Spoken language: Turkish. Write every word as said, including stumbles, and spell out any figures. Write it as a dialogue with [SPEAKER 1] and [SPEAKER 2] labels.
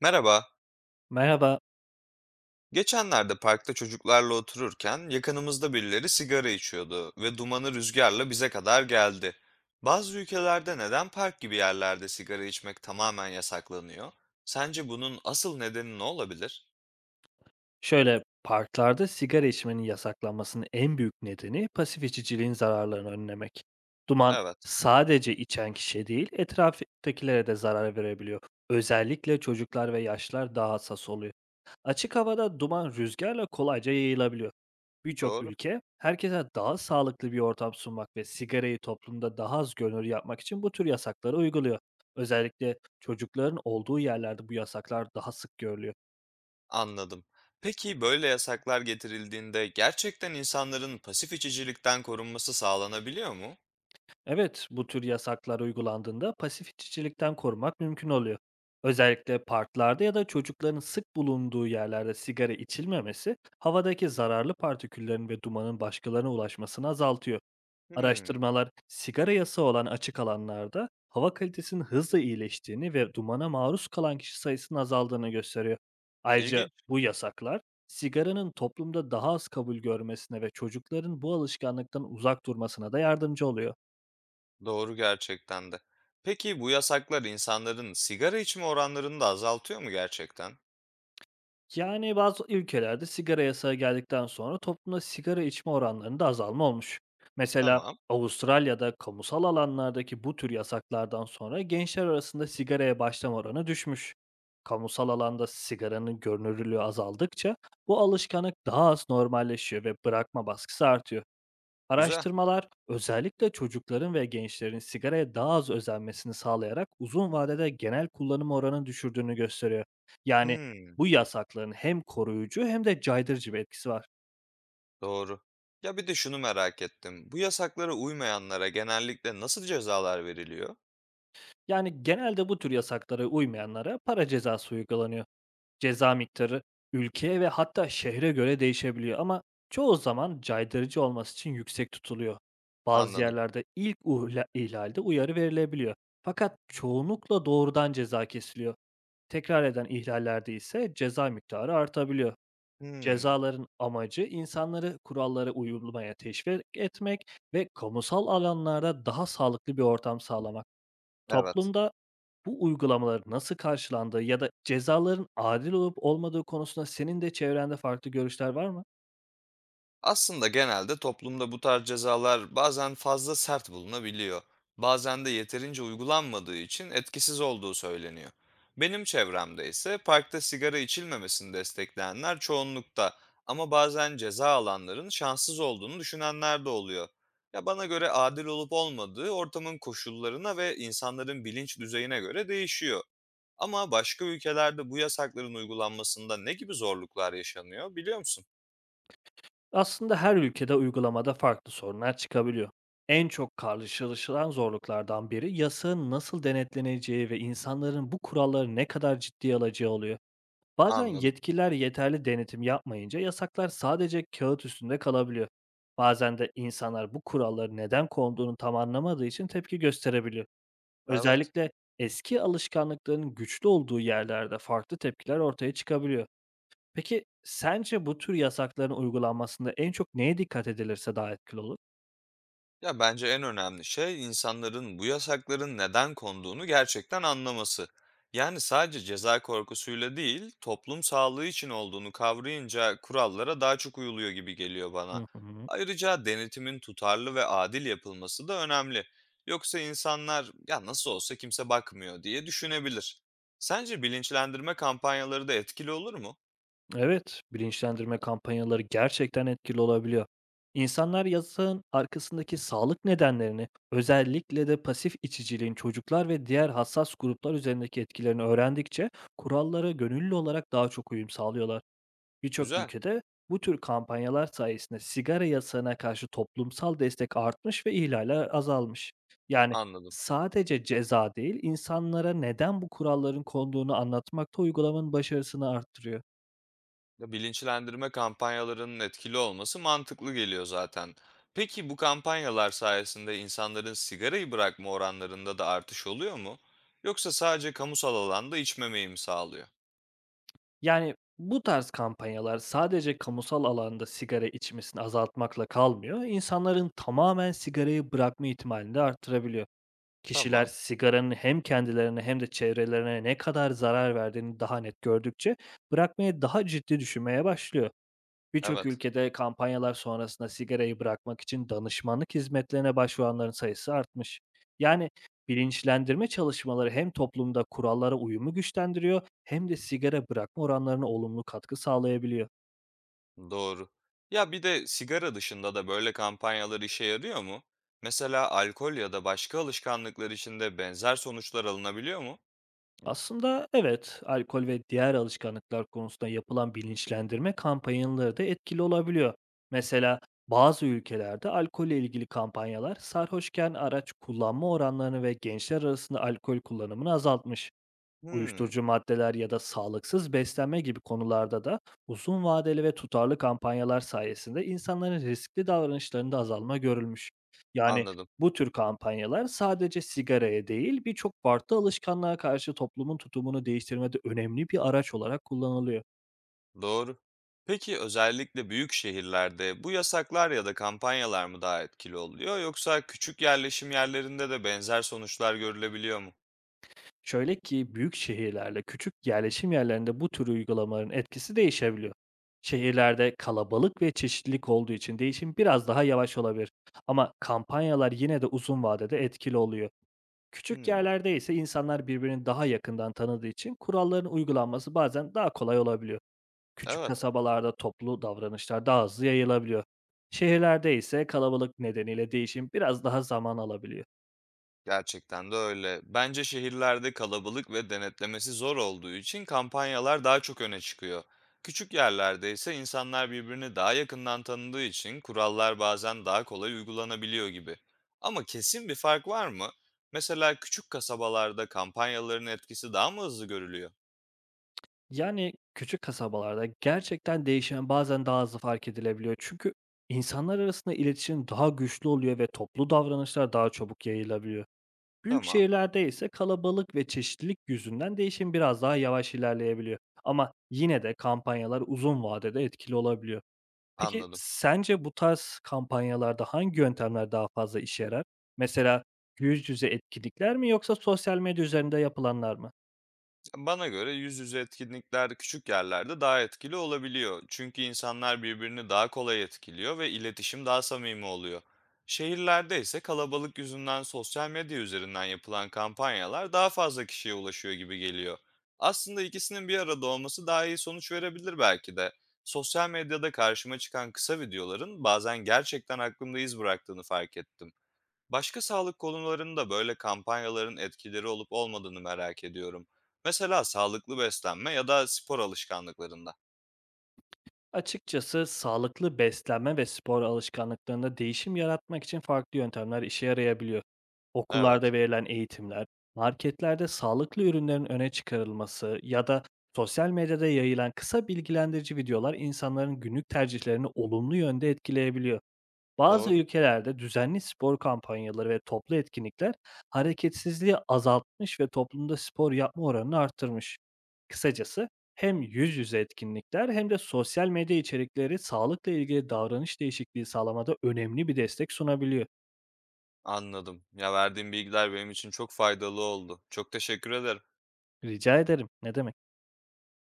[SPEAKER 1] Merhaba.
[SPEAKER 2] Merhaba.
[SPEAKER 1] Geçenlerde parkta çocuklarla otururken yakınımızda birileri sigara içiyordu ve dumanı rüzgarla bize kadar geldi. Bazı ülkelerde neden park gibi yerlerde sigara içmek tamamen yasaklanıyor? Sence bunun asıl nedeni ne olabilir?
[SPEAKER 2] Şöyle, parklarda sigara içmenin yasaklanmasının en büyük nedeni pasif içiciliğin zararlarını önlemek. Duman
[SPEAKER 1] Evet,
[SPEAKER 2] sadece içen kişiye değil, etraftakilere de zarar verebiliyor. Özellikle çocuklar ve yaşlılar daha hassas oluyor. Açık havada duman rüzgarla kolayca yayılabiliyor. Birçok
[SPEAKER 1] doğru.
[SPEAKER 2] ülke herkese daha sağlıklı bir ortam sunmak ve sigarayı toplumda daha az görünür yapmak için bu tür yasakları uyguluyor. Özellikle çocukların olduğu yerlerde bu yasaklar daha sık görülüyor.
[SPEAKER 1] Anladım. Peki böyle yasaklar getirildiğinde gerçekten insanların pasif içicilikten korunması sağlanabiliyor mu?
[SPEAKER 2] Evet, bu tür yasaklar uygulandığında pasif içicilikten korumak mümkün oluyor. Özellikle parklarda ya da çocukların sık bulunduğu yerlerde sigara içilmemesi, havadaki zararlı partiküllerin ve dumanın başkalarına ulaşmasını azaltıyor.
[SPEAKER 1] Hmm,
[SPEAKER 2] Araştırmalar, sigara yasağı olan açık alanlarda hava kalitesinin hızla iyileştiğini ve dumana maruz kalan kişi sayısının azaldığını gösteriyor. Ayrıca
[SPEAKER 1] ilginç.
[SPEAKER 2] bu yasaklar, sigaranın toplumda daha az kabul görmesine ve çocukların bu alışkanlıktan uzak durmasına da yardımcı oluyor.
[SPEAKER 1] Doğru gerçekten de. Peki bu yasaklar insanların sigara içme oranlarını da azaltıyor mu gerçekten?
[SPEAKER 2] Yani bazı ülkelerde sigara yasağı geldikten sonra toplumda sigara içme oranlarında azalma olmuş. Mesela
[SPEAKER 1] Tamam,
[SPEAKER 2] Avustralya'da kamusal alanlardaki bu tür yasaklardan sonra gençler arasında sigaraya başlama oranı düşmüş. Kamusal alanda sigaranın görünürlüğü azaldıkça bu alışkanlık daha az normalleşiyor ve bırakma baskısı artıyor.
[SPEAKER 1] güzel.
[SPEAKER 2] Araştırmalar özellikle çocukların ve gençlerin sigaraya daha az özenmesini sağlayarak uzun vadede genel kullanım oranını düşürdüğünü gösteriyor. Yani
[SPEAKER 1] Hmm,
[SPEAKER 2] bu yasakların hem koruyucu hem de caydırıcı bir etkisi var.
[SPEAKER 1] doğru. Ya bir de şunu merak ettim. Bu yasaklara uymayanlara genellikle nasıl cezalar veriliyor?
[SPEAKER 2] Yani genelde bu tür yasaklara uymayanlara para cezası uygulanıyor. Ceza miktarı ülkeye ve hatta şehre göre değişebiliyor ama çoğu zaman caydırıcı olması için yüksek tutuluyor. Bazı
[SPEAKER 1] Anladım.
[SPEAKER 2] yerlerde ilk uhla- ihlalde uyarı verilebiliyor. Fakat çoğunlukla doğrudan ceza kesiliyor. Tekrar eden ihlallerde ise ceza miktarı artabiliyor.
[SPEAKER 1] Hmm,
[SPEAKER 2] Cezaların amacı insanları kurallara uyulmaya teşvik etmek ve kamusal alanlarda daha sağlıklı bir ortam sağlamak.
[SPEAKER 1] evet.
[SPEAKER 2] Toplumda bu uygulamaların nasıl karşılandığı ya da cezaların adil olup olmadığı konusunda senin de çevrende farklı görüşler var mı?
[SPEAKER 1] Aslında genelde toplumda bu tarz cezalar bazen fazla sert bulunabiliyor. Bazen de yeterince uygulanmadığı için etkisiz olduğu söyleniyor. Benim çevremde ise parkta sigara içilmemesini destekleyenler çoğunlukta ama bazen ceza alanların şanssız olduğunu düşünenler de oluyor. Ya bana göre adil olup olmadığı ortamın koşullarına ve insanların bilinç düzeyine göre değişiyor. Ama başka ülkelerde bu yasakların uygulanmasında ne gibi zorluklar yaşanıyor biliyor musun?
[SPEAKER 2] Aslında her ülkede uygulamada farklı sorunlar çıkabiliyor. En çok karşılaşılan zorluklardan biri yasağın nasıl denetleneceği ve insanların bu kuralları ne kadar ciddiye alacağı oluyor. Bazen
[SPEAKER 1] Anladım.
[SPEAKER 2] yetkililer yeterli denetim yapmayınca yasaklar sadece kağıt üstünde kalabiliyor. Bazen de insanlar bu kuralları neden konduğunu tam anlamadığı için tepki gösterebiliyor.
[SPEAKER 1] Evet.
[SPEAKER 2] Özellikle eski alışkanlıkların güçlü olduğu yerlerde farklı tepkiler ortaya çıkabiliyor. Peki sence bu tür yasakların uygulanmasında en çok neye dikkat edilirse daha etkili olur?
[SPEAKER 1] Ya bence en önemli şey insanların bu yasakların neden konduğunu gerçekten anlaması. Yani sadece ceza korkusuyla değil, toplum sağlığı için olduğunu kavrayınca kurallara daha çok uyuluyor gibi geliyor bana.
[SPEAKER 2] Hı hı.
[SPEAKER 1] Ayrıca denetimin tutarlı ve adil yapılması da önemli. Yoksa insanlar ya nasıl olsa kimse bakmıyor diye düşünebilir. Sence bilinçlendirme kampanyaları da etkili olur mu?
[SPEAKER 2] Evet, bilinçlendirme kampanyaları gerçekten etkili olabiliyor. İnsanlar yasağın arkasındaki sağlık nedenlerini, özellikle de pasif içiciliğin çocuklar ve diğer hassas gruplar üzerindeki etkilerini öğrendikçe kurallara gönüllü olarak daha çok uyum sağlıyorlar. Birçok
[SPEAKER 1] Güzel,
[SPEAKER 2] ülkede bu tür kampanyalar sayesinde sigara yasağına karşı toplumsal destek artmış ve ihlaller azalmış. Yani
[SPEAKER 1] anladım.
[SPEAKER 2] sadece ceza değil, insanlara neden bu kuralların konduğunu anlatmak da uygulamanın başarısını arttırıyor.
[SPEAKER 1] Ya, bilinçlendirme kampanyalarının etkili olması mantıklı geliyor zaten. Peki bu kampanyalar sayesinde insanların sigarayı bırakma oranlarında da artış oluyor mu? Yoksa sadece kamusal alanda içmemeyi mi sağlıyor?
[SPEAKER 2] Yani, bu tarz kampanyalar sadece kamusal alanda sigara içmesini azaltmakla kalmıyor, insanların tamamen sigarayı bırakma ihtimalini de arttırabiliyor. Kişiler
[SPEAKER 1] Tamam.
[SPEAKER 2] sigaranın hem kendilerine hem de çevrelerine ne kadar zarar verdiğini daha net gördükçe bırakmayı daha ciddi düşünmeye başlıyor. Birçok
[SPEAKER 1] Evet.
[SPEAKER 2] ülkede kampanyalar sonrasında sigarayı bırakmak için danışmanlık hizmetlerine başvuranların sayısı artmış. Yani bilinçlendirme çalışmaları hem toplumda kurallara uyumu güçlendiriyor hem de sigara bırakma oranlarına olumlu katkı sağlayabiliyor. Evet.
[SPEAKER 1] Doğru. Ya bir de sigara dışında da böyle kampanyalar işe yarıyor mu? Mesela alkol ya da başka alışkanlıklar için de benzer sonuçlar alınabiliyor mu?
[SPEAKER 2] Aslında evet, alkol ve diğer alışkanlıklar konusunda yapılan bilinçlendirme kampanyaları da etkili olabiliyor. Mesela bazı ülkelerde alkolle ilgili kampanyalar sarhoşken araç kullanma oranlarını ve gençler arasında alkol kullanımını azaltmış.
[SPEAKER 1] Hmm,
[SPEAKER 2] Uyuşturucu maddeler ya da sağlıksız beslenme gibi konularda da uzun vadeli ve tutarlı kampanyalar sayesinde insanların riskli davranışlarında azalma görülmüş. Yani
[SPEAKER 1] anladım.
[SPEAKER 2] bu tür kampanyalar sadece sigaraya değil birçok farklı alışkanlığa karşı toplumun tutumunu değiştirmede önemli bir araç olarak kullanılıyor.
[SPEAKER 1] Doğru. Peki özellikle büyük şehirlerde bu yasaklar ya da kampanyalar mı daha etkili oluyor yoksa küçük yerleşim yerlerinde de benzer sonuçlar görülebiliyor mu?
[SPEAKER 2] Şöyle ki, büyük şehirlerle küçük yerleşim yerlerinde bu tür uygulamaların etkisi değişebiliyor. Şehirlerde kalabalık ve çeşitlilik olduğu için değişim biraz daha yavaş olabilir. Ama kampanyalar yine de uzun vadede etkili oluyor. Küçük
[SPEAKER 1] Hmm,
[SPEAKER 2] yerlerde ise insanlar birbirini daha yakından tanıdığı için kuralların uygulanması bazen daha kolay olabiliyor. Küçük
[SPEAKER 1] evet.
[SPEAKER 2] kasabalarda toplu davranışlar daha hızlı yayılabiliyor. Şehirlerde ise kalabalık nedeniyle değişim biraz daha zaman alabiliyor.
[SPEAKER 1] Gerçekten de öyle. Bence şehirlerde kalabalık ve denetlemesi zor olduğu için kampanyalar daha çok öne çıkıyor. Küçük yerlerde ise insanlar birbirini daha yakından tanıdığı için kurallar bazen daha kolay uygulanabiliyor gibi. Ama kesin bir fark var mı? Mesela küçük kasabalarda kampanyaların etkisi daha mı hızlı görülüyor?
[SPEAKER 2] Yani, küçük kasabalarda gerçekten değişen bazen daha hızlı fark edilebiliyor. Çünkü insanlar arasında iletişim daha güçlü oluyor ve toplu davranışlar daha çabuk yayılabiliyor. Büyük
[SPEAKER 1] Tamam,
[SPEAKER 2] şehirlerde ise kalabalık ve çeşitlilik yüzünden değişim biraz daha yavaş ilerleyebiliyor. Ama yine de kampanyalar uzun vadede etkili olabiliyor. Peki
[SPEAKER 1] anladım.
[SPEAKER 2] sence bu tarz kampanyalarda hangi yöntemler daha fazla işe yarar? Mesela yüz yüze etkinlikler mi yoksa sosyal medya üzerinde yapılanlar mı?
[SPEAKER 1] Bana göre yüz yüze etkinlikler küçük yerlerde daha etkili olabiliyor. Çünkü insanlar birbirini daha kolay etkiliyor ve iletişim daha samimi oluyor. Şehirlerde ise kalabalık yüzünden sosyal medya üzerinden yapılan kampanyalar daha fazla kişiye ulaşıyor gibi geliyor. Aslında ikisinin bir arada olması daha iyi sonuç verebilir belki de. Sosyal medyada karşıma çıkan kısa videoların bazen gerçekten aklımda iz bıraktığını fark ettim. Başka sağlık konularında böyle kampanyaların etkileri olup olmadığını merak ediyorum. Mesela sağlıklı beslenme ya da spor alışkanlıklarında.
[SPEAKER 2] Açıkçası sağlıklı beslenme ve spor alışkanlıklarında değişim yaratmak için farklı yöntemler işe yarayabiliyor. Okullarda
[SPEAKER 1] Evet,
[SPEAKER 2] verilen eğitimler, marketlerde sağlıklı ürünlerin öne çıkarılması ya da sosyal medyada yayılan kısa bilgilendirici videolar insanların günlük tercihlerini olumlu yönde etkileyebiliyor. Bazı
[SPEAKER 1] doğru.
[SPEAKER 2] ülkelerde düzenli spor kampanyaları ve toplu etkinlikler hareketsizliği azaltmış ve toplumda spor yapma oranını arttırmış. Kısacası hem yüz yüze etkinlikler hem de sosyal medya içerikleri sağlıkla ilgili davranış değişikliği sağlamada önemli bir destek sunabiliyor.
[SPEAKER 1] Anladım. Ya verdiğim bilgiler benim için çok faydalı oldu. Çok teşekkür ederim.
[SPEAKER 2] Rica ederim. Ne demek?